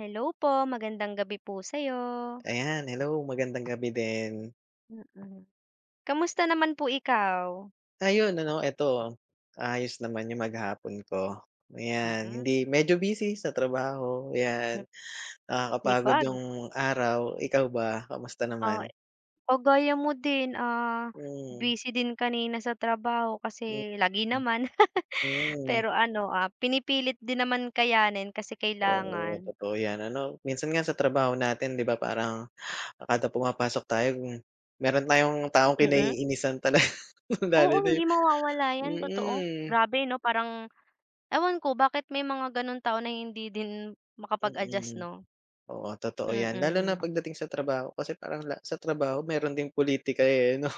Hello po, magandang gabi po sa'yo. Ayan, hello, magandang gabi din. Mm. Kamusta naman po ikaw? Ayun ano, eto, ayos naman yung maghapon ko. Ayan, Hmm. hindi medyo busy sa trabaho, ayan. Nakakapagod Sipag. yung araw, ikaw ba, kamusta Ah, naman? o gaya mo din, ah, Hmm. busy din kanina sa trabaho Hmm. kasi lagi naman, Hmm. pero ano, ah, pinipilit din naman kayanin kasi Oo, kailangan. totoo yan, ano. Minsan nga sa trabaho natin, 'di ba parang kada pumapasok tayo meron tayong taong Mm. kinaiinisan talaga. Lalo Oo, na hindi yung mawawala 'yan, totoo. mm, Grabe 'no, parang ewan ko bakit may mga gano'ng tao na hindi din makapag-adjust mm. 'no? Oo, totoo 'yan. Lalo na Mm, pagdating sa trabaho kasi parang la sa trabaho meron ding pulitika, eh, 'no?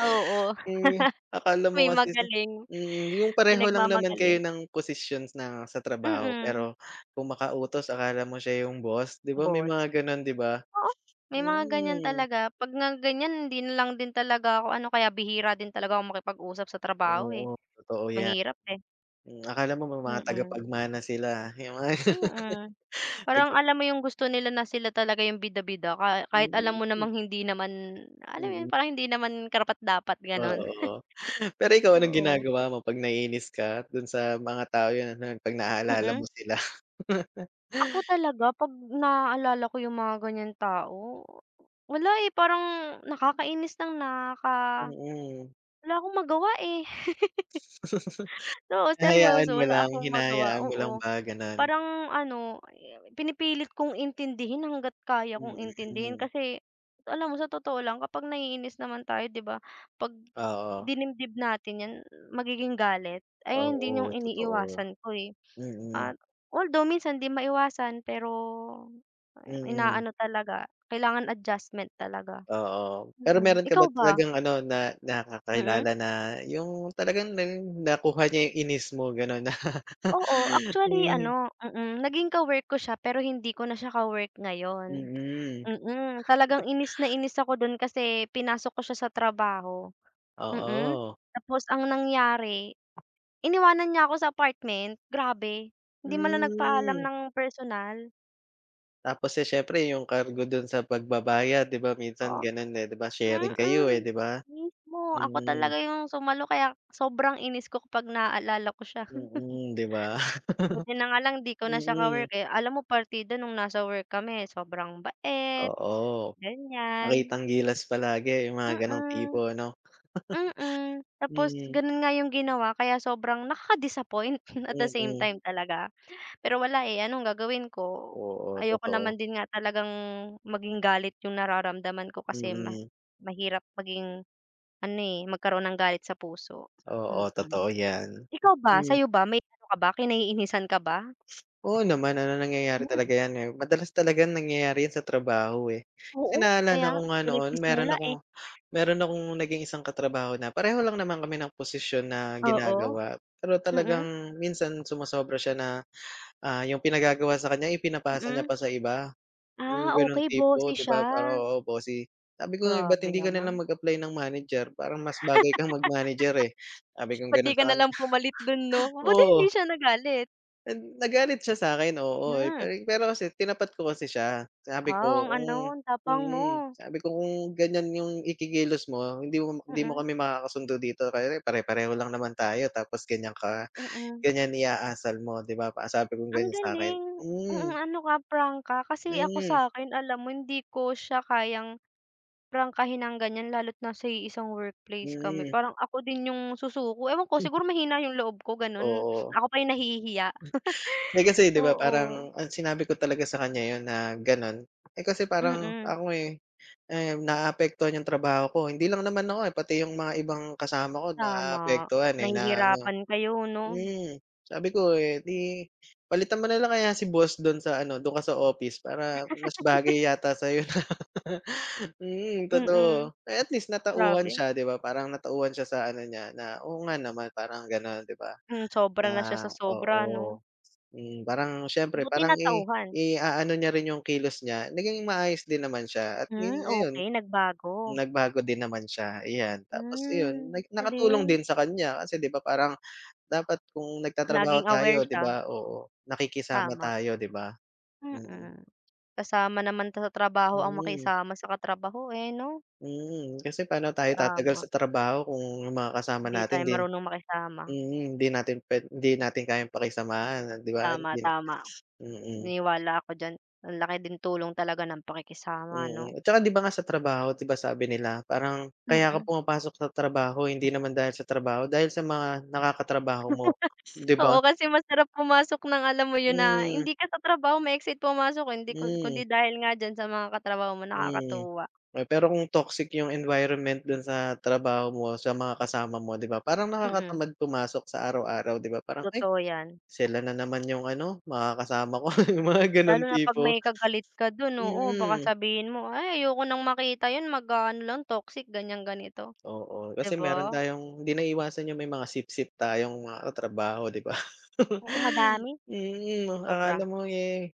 oo. Eh, akala mo May kasi sa magaling, yung may pareho lang naman kayo nagmamagaling, ng posisyon na sa trabaho, mm, pero kung makautos akala mo siya yung boss, 'di ba, may boss. mga gano'n, 'di ba? Oo, may mga ganyan Mm, talaga 'pag nga ganyan hindi na lang din talaga ako ano kaya bihira din talaga ako makipag-usap sa trabaho, eh, oo, totoo 'yan. mahirap, eh, Hmm, akala mo may mga mm, tagapagmana sila, yung mga mm. Parang taga. alam mo yung gusto nila na sila talaga yung bida-bida ka kahit alam Hmm, mo mm, namang hindi naman, alam mo yun mm, parang hindi naman karapat-dapat gano'n. oo. Pero ikaw, anong Oo, ginagawa mo 'pag naiinis ka dun sa mga tao 'yun, ano, 'pag naaalala mm. mo sila? Ako talaga 'pag naalala ko yung mga ganyan tao, wala, eh, parang nakakainis ng Mm. wala akong magawa, eh. Oo, seryoso wala akong magawa, hinahayaan mo lang oo. ba gano'n? Parang ano, pinipilit kong intindihin hangga't kaya kong intindihin Mm. kasi alam mo sa totoo lang kapag naiinis naman tayo 'di ba, 'pag Oo, dinimdim natin 'yan magiging galit, ayan din yung oo, totoo. iniiwasan ko, eh. Mm, At although minsan 'di maiwasan pero mm, inaano talaga, kailangan adjustment talaga. oo. Pero Mm, meron ka ikaw ba ba? talagang ano na Mm. nakakilala na yung talagang na nakuha niya yung inis mo gano'n na Oo, actually mm, ano naging ka-work ko siya pero hindi ko na siya ka-work ngayon. mm, Mm, talagang inis na inis ako dun kasi pinasok ko siya sa trabaho, mm. oo. Tapos ang nangyari, iniwanan niya ako sa apartment, grabe. Hindi man lang nagpaalam Hmm. ng personal, Tapos, eh, siyempre yung cargo dun sa pagbabayad, 'di ba minsan oo, ganun, eh, 'di ba sharing kayo, eh, mm, 'di ba? mismo. Ako Mm, talaga yung sumalo kaya sobrang inis ko kapag naaalala ko siya. mm, 'di ba? Buti na nga lang 'di ko na siya Mm, ka-work, eh, alam mo partida nung nasa work kami sobrang bait, oo, ganyan, makitang gilas palagi yung mga ganong mm. tipo, ano? Mm, tapos Mm, ganun nga yung ginawa kaya sobrang nakaka-disappoint at the same mm, time talaga. Pero wala, eh, anong gagawin ko? oo Ayoko naman totoo, din nga talagang maging galit yung nararamdaman ko kasi mm, mahirap maging ano, eh, magkaroon ng galit sa puso. oo Mm. totoo yan. Ikaw ba, Hmm. sa'yo ba may ano ka ba, kinaiinisan ka ba? Oo naman, ano, nangyayari Hmm, talaga 'yan, eh. Madalas talaga nangyayari 'yan sa trabaho, eh. oo, Kasi kaya naalala nga ko nga diyan noon meron nagsisimula, eh. akong meron akong naging isang katrabaho na pareho lang naman kami ng posisyon na Oo, ginagawa, pero mm, talagang minsan sumosobra siya na, yung pinagagawa sa kanya ipinapasa niya mm. pa sa iba, Ah, yung gano'ng okey, tipo, boses 'di siya. ba? Parang, oo, bossy. Sabi ko, "Eh," "Ba't Grabe hindi ka naman. nalang mag-apply ng manager? Parang mas bagay kang mag-manager, eh." Sabi ko Ba't di gano'n ka sa kanya. nalang pumalit dun 'no? Buti hindi Oo, siya nagalit. and nagalit siya sa'kin, oo, eh, Hmm, pero pero kasi tinapat ko kasi siya. Sabi ko wow ang kung ano, ang tapang mo. sabi ko kung ganyan yung ikikilos mo hindi mo Mm, kami makakasundo dito kasi pare-pareho lang naman tayo tapos ganyan ka mm. ganyan iaasal mo, 'di ba? Pa sabi kong Ang ganyan sa'kin. galing, Hmm, ano ka, prank ka. Kasi ako hmm, sa'kin alam mo hindi ko siya kayang prangkahin ng ganyan lalo't nasa iisang workplace kami. mm. Parang ako din yung susuko, ewan ko Mm." siguro mahina yung loob ko ganun. Oo. Ako pa yung nahihiya. Eh, kasi 'di ba Oo, parang ang sinabi ko talaga sa kanya 'yun na gano'n. Eh, kasi parang mm, ako, eh, eh, naaapektuhan 'yung trabaho ko. Hindi lang naman ako, eh, pati 'yung mga ibang kasama ko tama. naaapektuhan, eh, na ano Nahihirapan kayo 'no? hmm, sabi ko, eh, 'di palitan mo na lang kaya si boss do'n sa ano, do'n ka sa office para mas bagay yata sa'yo na mm, Mm, totoo. Eh, at least natauhan grabe. siya, 'di ba, parang natauhan siya sa ano niya na, "Oo nga naman," parang gano'n, 'di ba, Hmm, sobra na na siya sa sobra 'no? oo. Hmm, parang siyempre Buti parang i natauhan. i-aano niya rin yung kilos niya, naging maayos din naman siya at yun Hmm, ayun, okey nagbago. nagbago din naman siya, iyan. Tapos iyon, Hmm, nakatulong galing. din sa kanya kasi 'di ba parang dapat kung nagtatrabaho Naging aware tayo, 'di siya, ba, oo, nakikisama tama. tayo, 'di ba? Mm. Mm, kasama naman sa trabaho ang Hmm, makisama sa katrabaho, eh, 'no? mm, kasi paano tayo tatagal Tama, sa trabaho kung yung mga kasama hindi natin tayo din marunong makisama. mm, hindi natin kayang pakisamahan, 'di ba? Tama, Hindi na tama. mm. Naniniwala ako diyan. Ang laki din tulong talaga ng pakikisama 'no? Mm, at saka 'di ba nga sa trabaho 'di ba sabi nila parang kaya ka Mm. pumapasok sa trabaho hindi naman dahil sa trabaho, dahil sa mga nakakatrabaho mo, 'di Oo, ba? kasi masarap pumasok ng alam mo 'yun na Hmm, hindi ka sa trabaho ma-excite pumasok, hindi kun kundi hmm, dahil nga diyan sa mga katrabaho mo hmm. nakakatuwa. Eh, pero kung toxic yung environment dun sa trabaho mo, sa mga kasama mo, 'di ba parang Mm, nakakatamad pumasok sa araw-araw, 'di ba parang, "Ay, totoo 'yan. sila na naman yung ano, mga kasama ko," yung mga Lalo ganong na 'pag tipo, may kagalit ka dun, oo, baka mm. sabihin mo, "Ay, ayoko nang makita yun mag-aano lang toxic ganyan ganito." Oo, 'Di kasi ba? meron tayong hindi naiiwasan yung may mga sip-sip tayong mga katrabaho, 'di ba? Oo, madami, Mm, sobra. akala mo, eh,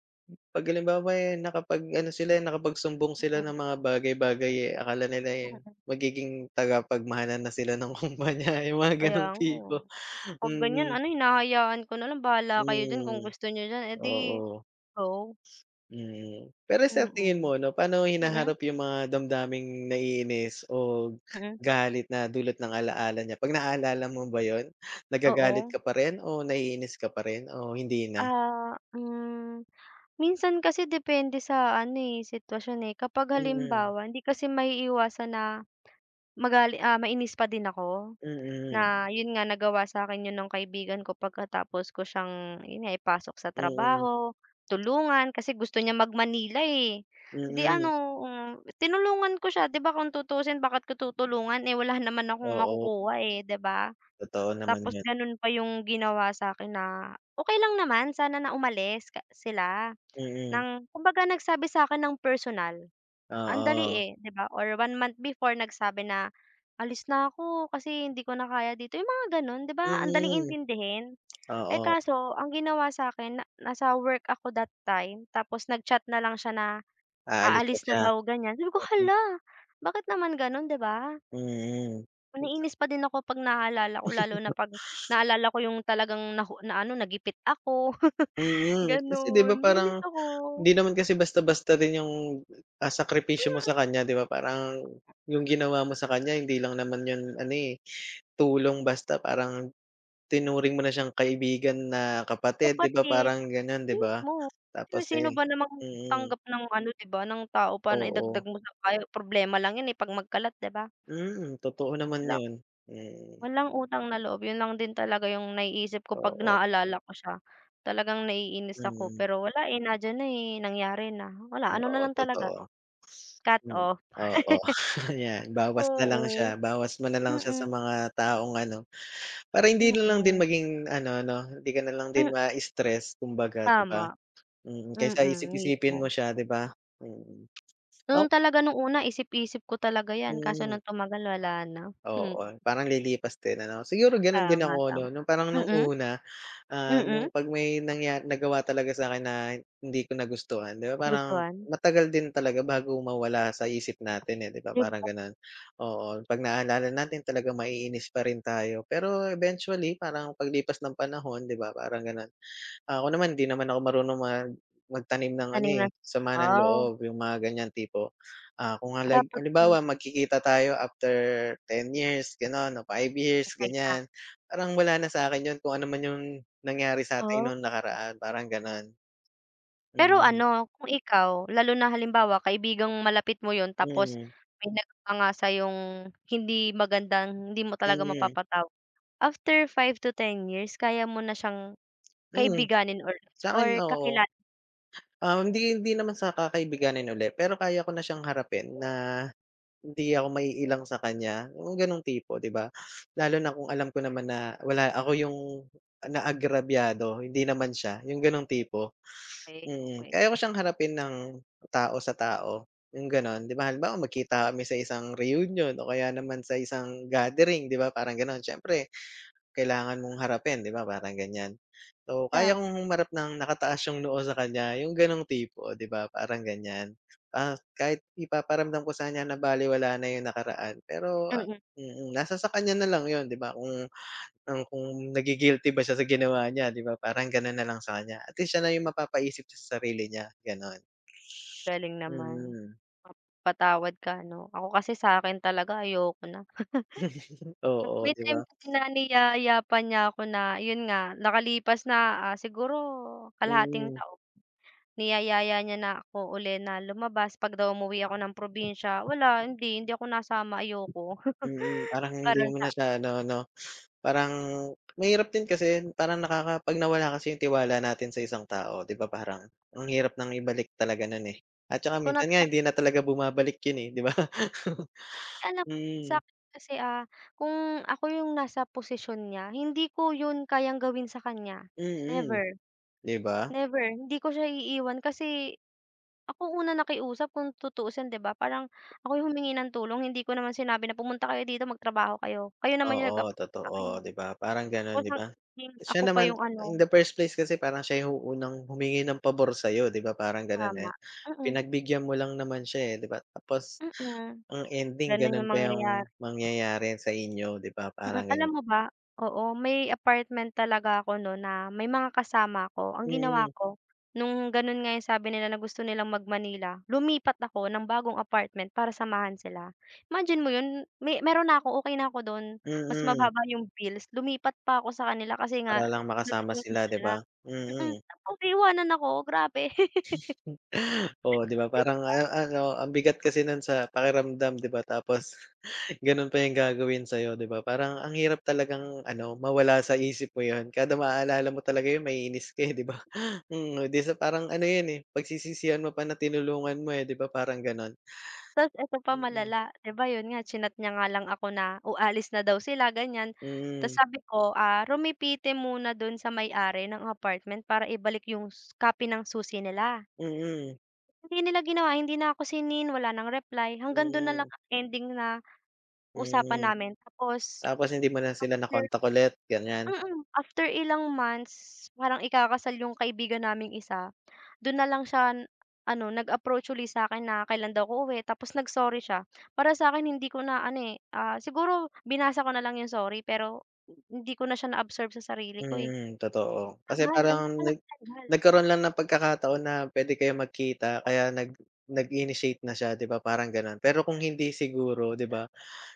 'pag halimbawa, eh, nakapag-ano sila, eh, nakapagsumbong sila ng Mm, mga bagay-bagay, eh, akala nila, eh, mm. magiging tagapagmana na sila ng kumpanya, yung mga Kaya gano'ng nga, eh. tipo. 'Pag ganyan Mm, ano, hinahayaan ko na lang bahala kayo diyan kung hmm, gusto niyo diyan, eh, di oo. go. Mm, pero sa tingin Mm. mo 'no, paano mo Mm, hinaharap yung mga damdaming naiinis o mm, galit na dulot ng alaala niya? 'Pag naaalala mo ba yun, nagagalit oo. ka pa rin o naiinis ka pa rin o hindi na? Ah, minsan kasi depende sa ano, eh, sitwasyon, eh. Kapag Mm, halimbawa hindi kasi maiiwasan na mainis pa din ako. mm, Na yun nga nagawa sa'kin yun ng kaibigan ko pagkatapos ko siyang yun nga ipasok sa mm, trabaho, tulungan kasi gusto niya mag-Manila, eh. Di mm. ano, tinulungan ko siya 'di ba kung tutusin bakit ko tutulungan, eh, wala naman akong Oo, makukuha, eh, 'di ba? totoo naman Tapos yun. ganun pa yung ginawa sa'kin na okay lang naman sana na umalis ka sila. Mm, Ng kumbaga nagsabi sa'kin ng personal. Ang dali, oo. eh, 'di ba or one month before nagsabi na, "Alis na ako kasi hindi ko na kaya dito." Yung mga gano'n, 'di ba ang Mm, daling intindihin. Eh, oo, kaso ang ginawa sa'kin na nasa work ako that time tapos nag-chat na lang siya na aalis na aalis na siya. daw ganyan. Sabi ko, Mm, "Hala, bakit naman gano'n?" 'Di ba? mm. Naiinis pa din ako 'pag naalala ko lalo na 'pag naalala ko yung talagang na ano, nagipit ako, Mm, kasi 'di ba gano'n. Nainis parang ako. hindi naman kasi basta-basta rin yung, ah, sakripisyo mo sa Mm, kanya, 'di ba, parang yung ginawa mo sa kanya hindi lang naman yun ano, eh, tulong basta parang tinuring mo na siyang kaibigan na kapatid, 'di ba, kapatid. parang gano'n, 'di ba? Mismo. Tapos, Kasi sino eh ba namang mm, tatanggap ng ano, 'di ba, ng tao pa na idagdag oo. mo sa payo, problema lang 'yun, eh, 'pag magkalat, 'di ba? Mm, totoo naman yun. Mm, Walang walang utang na loob, 'yun lang din talaga yung naiisip ko 'pag oo, naalala ko siya. Talagang naiinis ako, mm, pero wala, eh, nandiyan na, eh, nangyari na. Wala, ano na oo, lang talaga, totoo. cut Hmm, off. oo. Yan bawas na lang Oo. siya, bawas mo na lang siya sa Mm, mga taong ano. Para hindi na lang din mm. maging ano 'no, hindi ka na lang Hmm, din ma-stress kumbaga, 'di ba? tama. Mm, kaysa Mm, isip-isipin mismo. mo siya, 'di ba? Mm. Noon Ak talaga nung una isip-isip ko talaga 'yan, kaso hmm, nung tumagal wala na. Hmm, oo, parang lilipas din, ano. Siguro gano'n din tama, ako 'no, tama. nung parang nung Mm, una, ah, mm. nung 'pag may nagawa talaga sa'kin na hindi ko nagustuhan, 'di ba parang Gustuhan? matagal din talaga bago mawala sa isip natin, eh, 'di ba Yung parang bang gano'n. Oo, 'pag naalala natin talagang maiinis pa rin tayo pero eventually parang paglipas ng panahon, 'di ba parang gano'n. Ako naman hindi naman ako marunong magtanim ng ano, tanim eh, ng sama ng sitaw, loob yung mga ganyan tipo, ah, kung dapat halimbawa magkikita tayo after 10 years gano'n o 5 years okey na. ganyan, parang wala na sa'kin yun kung ano man yung nangyari sa'tin Oh, nung nakaraan parang gano'n. pero Mm, ano, kung ikaw, lalo na halimbawa kaibigang malapit mo yun tapos mm, may nagawa nga sa'yong hindi magandang hindi mo talaga mm, mapapatawad, after 5 to 10 years kaya mo na siyang mm, kaibiganin or sa'kin oo, kakilala hindi hindi naman sa kakaibiganin uli pero kaya ko na siyang harapin na hindi ako maiilang sa kanya, yung gano'ng tipo, 'di ba? Lalo na kung alam ko naman na wala ako yung naagrabyado, hindi naman siya, yung gano'ng tipo, okey, mm. okey. Kaya ko siyang harapin ng tao sa tao, yung gano'n. 'Di ba halimbawa magkita kami sa isang reunion o kaya naman sa isang gathering, 'di ba, parang gano'n. Siyempre kailangan mong harapin, 'di ba parang ganyan. So, kaya Tab kong humarap ng nakataas yung noo sa kanya yung ganong tipo, 'di ba parang ganyan. Ah, kahit ipaparamdam ko sa kanya na baliwala na yung nakaraan pero, ah mm, mm, mm, nasa sa kanya na lang yun, 'di ba kung guilty ba siya sa ginawa niya, 'di ba parang ganun na lang sa kanya at least siya na yung mapapaisip sa sarili niya ganon. galing naman. Mm. Mapatawad ka 'no? Ako kasi sa'kin talaga ayoko na. Oo, May 'di time ba? kasi na niyaya-yapan niya ako na yun nga, nakalipas na, ah, siguro kalahating Mm, taon, niyayaya niya na ako uli na lumabas 'pag daw umuwi ako ng probinsya. Wala, hindi, hindi ako nasama, ayoko. mm, parang Para hindi mo sa na siya ano 'no. Parang mahirap din kasi parang nakaka 'pag nawala kasi yung tiwala natin sa isang tao, 'di ba parang ang hirap ng ibalik talaga nun, eh. At saka Di ko na minsan nga talaga hindi na talaga bumabalik yun, eh, 'di ba? alam Hmm, sa'kin kasi, ah, kung ako yung nasa posisyon niya, hindi ko yun kayang gawin sa kanya, mm, never. 'di ba? Never, hindi ko siya iiwan kasi ako una nakiusap kung tutuusin 'di ba, parang ako yung humingi ng tulong hindi ko naman sinabi na pumunta kayo dito magtrabaho kayo, kayo naman yung Oo, nag-approach sa'kin, totoo eh. 'di ba parang ganon, Tapos 'di ang ba? naging Siya ako pa naman yung in ano, the first place kasi parang siya yung unang humingi ng pabor sa 'di ba parang ganon, tama, eh. mm, Pinagbigyan mo lang naman siya, eh, 'di ba? Tapos mm, ang ending gano'n ganun yung pa yung mangyayari. mangyayari sa inyo, 'di ba Mm, parang alam ganon. mo ba, oo, may apartment talaga ako no na may mga kasama ako. Ang Mm. ginawa Mm. ko, nung ganun nga yung sabi nila na gusto nilang mag-Manila, lumipat ako ng bagong apartment para samahan sila. Imagine mo yun, may meron na ako, okay na ako dun, mas Mm, mababa yung bills, lumipat pa ako sa kanila kasi nga para lang ganun makasama yung sila, gusto 'di nila. ba? Mm, Mm. tapos iiwanan ako, grabe. Oo, 'di ba parang ano, ang bigat kasi nun sa pakiramdam, 'di ba tapos ganun pa yung gagawin sa'yo, 'di ba parang ang hirap talagang ano mawala sa isip mo yun kada maaalala mo talaga yun maiinis ka, eh, 'di ba? Mm, 'di sa parang ano yun, eh, pagsisisihan mo pa na tinulungan mo, eh, 'di ba parang ganun? Tas eto pa Mm, malala, 'di ba yun nga chinat niya nga lang ako na ualis na daw sila ganyan, tas mm, sabi ko, ah, rumipite muna dun sa may-ari ng apartment para ibalik yung copy ng susi nila. mm, Hindi nila ginawa, hindi na ako wala ng reply, hanggang dun na lang mm, ang ending na usapan mm. namin tapos Tapos hindi mo na sila after na-contact ulit, ganyan. After ilang months, parang ikakasal yung kaibigan naming isa, dun na lang siya ano, nag-approach uli sa'kin na kailan daw ako uuwi tapos nag-sorry siya. Para sa'kin hindi ko na ano, eh, ah, siguro binasa ko na lang yung sorry pero hindi ko na siya na-absorb sa sarili ko, eh. Mm, totoo. Kasi Tagal, ang tagal parang ng tagal. nagkaroon lang ng pagkakataon na puwede kayong magkita kaya nag-initiate na siya, 'di ba, parang gano'n. Pero kung hindi siguro, 'di ba,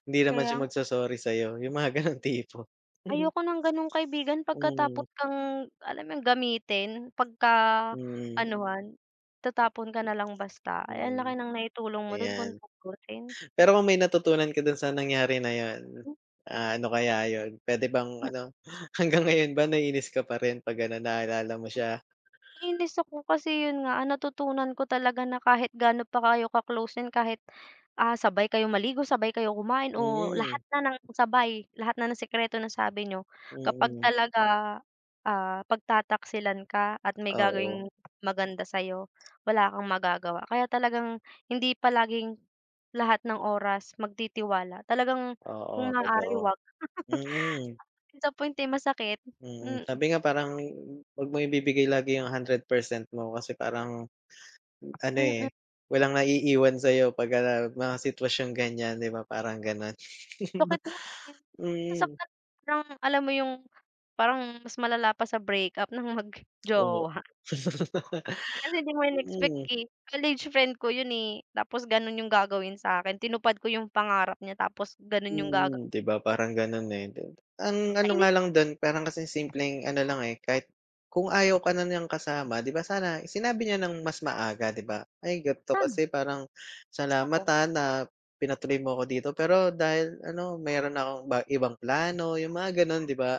hindi naman Kaya siya nga, magso-sorry sa'yo, yung mga gano'ng tipo. ayoko ng gano'ng kaibigan pagkatapos Mm, kang alam mo yun, gamitin mm, pagka-anuhan, tatapon ka na lang basta. Ay, ang laki mm, ng naitulong mo dun kung ayan. tutuusin. Pero kung may natutunan ka do'n sa nangyari na 'yon, Mm. ah, ano kaya 'yon? Puwede bang ano, hanggang ngayon ba naiinis ka pa rin 'pag ano, naalala mo siya? Nainis ako kasi yun nga, ang natutunan ko talaga na kahit gaano pa kayo ka-close niyan kahit, ah, sabay kayo maligo, sabay kayo kumain Mm, o lahat mm. na ng sabay, lahat na ng sikreto nasabi niyo, kapag Mm. talaga, ah, pagtataksilan ka at may Oo, gagawing maganda sa'yo, wala kang magagawa. Kaya talagang hindi palaging lahat ng oras magtitiwala, talagang oo, kung maaari totoo. 'wag. Mm. Mm. Minsan po hindi masakit, Mm, mm, sabi nga parang 'wag mo ibibigay lagi yung 100% mo kasi parang ano, mm. eh, walang naiiwan sa'yo pagka mga sitwasyong ganyan, 'di ba, parang gano'n. Sakit nga eh. Mm, Nasaktan parang alam mo yung parang mas malala pa sa breakup ng oo. mag-jowa. Kasi hindi mo in-expect Mm. eh. College friend ko yun eh, tapos ganun yung gagawin sa akin Tinupad ko yung pangarap niya tapos ganun yung Mm, 'di ba parang gano'n, eh. Ang ano nga nakakainis lang do'n parang kasi simpleng ano lang, eh, kahit kung ayaw ka na niyang kasama, 'di ba sana sinabi niya ng mas maaga, 'di ba? "Ay ganito sa'min. kasi parang Diyos ko po. salamat, ah, na pinatuloy mo ako dito pero dahil ano meron akong ba ibang plano," yung mga gano'n, 'di ba?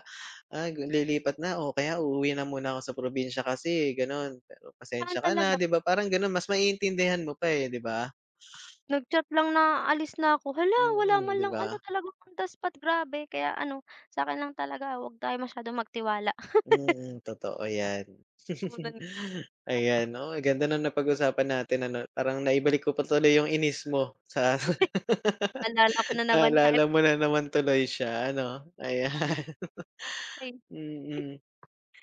"Ah, lilipat na o kaya uuwi na muna ako sa probinsya kasi gano'n, pero Saan pasensya ka talaga na," 'di ba parang gano'n mas maiintindihan mo pa, eh, 'di ba? nag-chat lang na alis na ako, hala wala man Mm, 'di lang ba? ano talaga on the spot grabe. Kaya ano, sa akin lang talaga wag tayo masyadong magtiwala. Mm, totoo yan. Una, Ayan, oo, ang ganda na napag-usapan natin, ano, parang naibalik ko pa tuloy yung inis mo sa Naalala ko na naman nga, naalala mo na naman tuloy siya, ano, ayan. eh, Mm,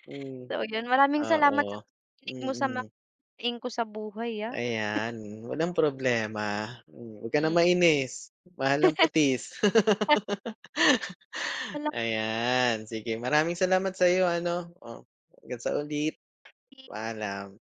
mm, So, yun maraming salamat sa oo. pakikinig mo sa mga Mm, pain ko sa buhay, ah. ayan, walang problema. Hmm, wag ka na Hmm. mainis, mahal ang patis. Walang Ayan, sige maraming salamat sa iyo, ano, oh, hanggang sa ulit, paalam.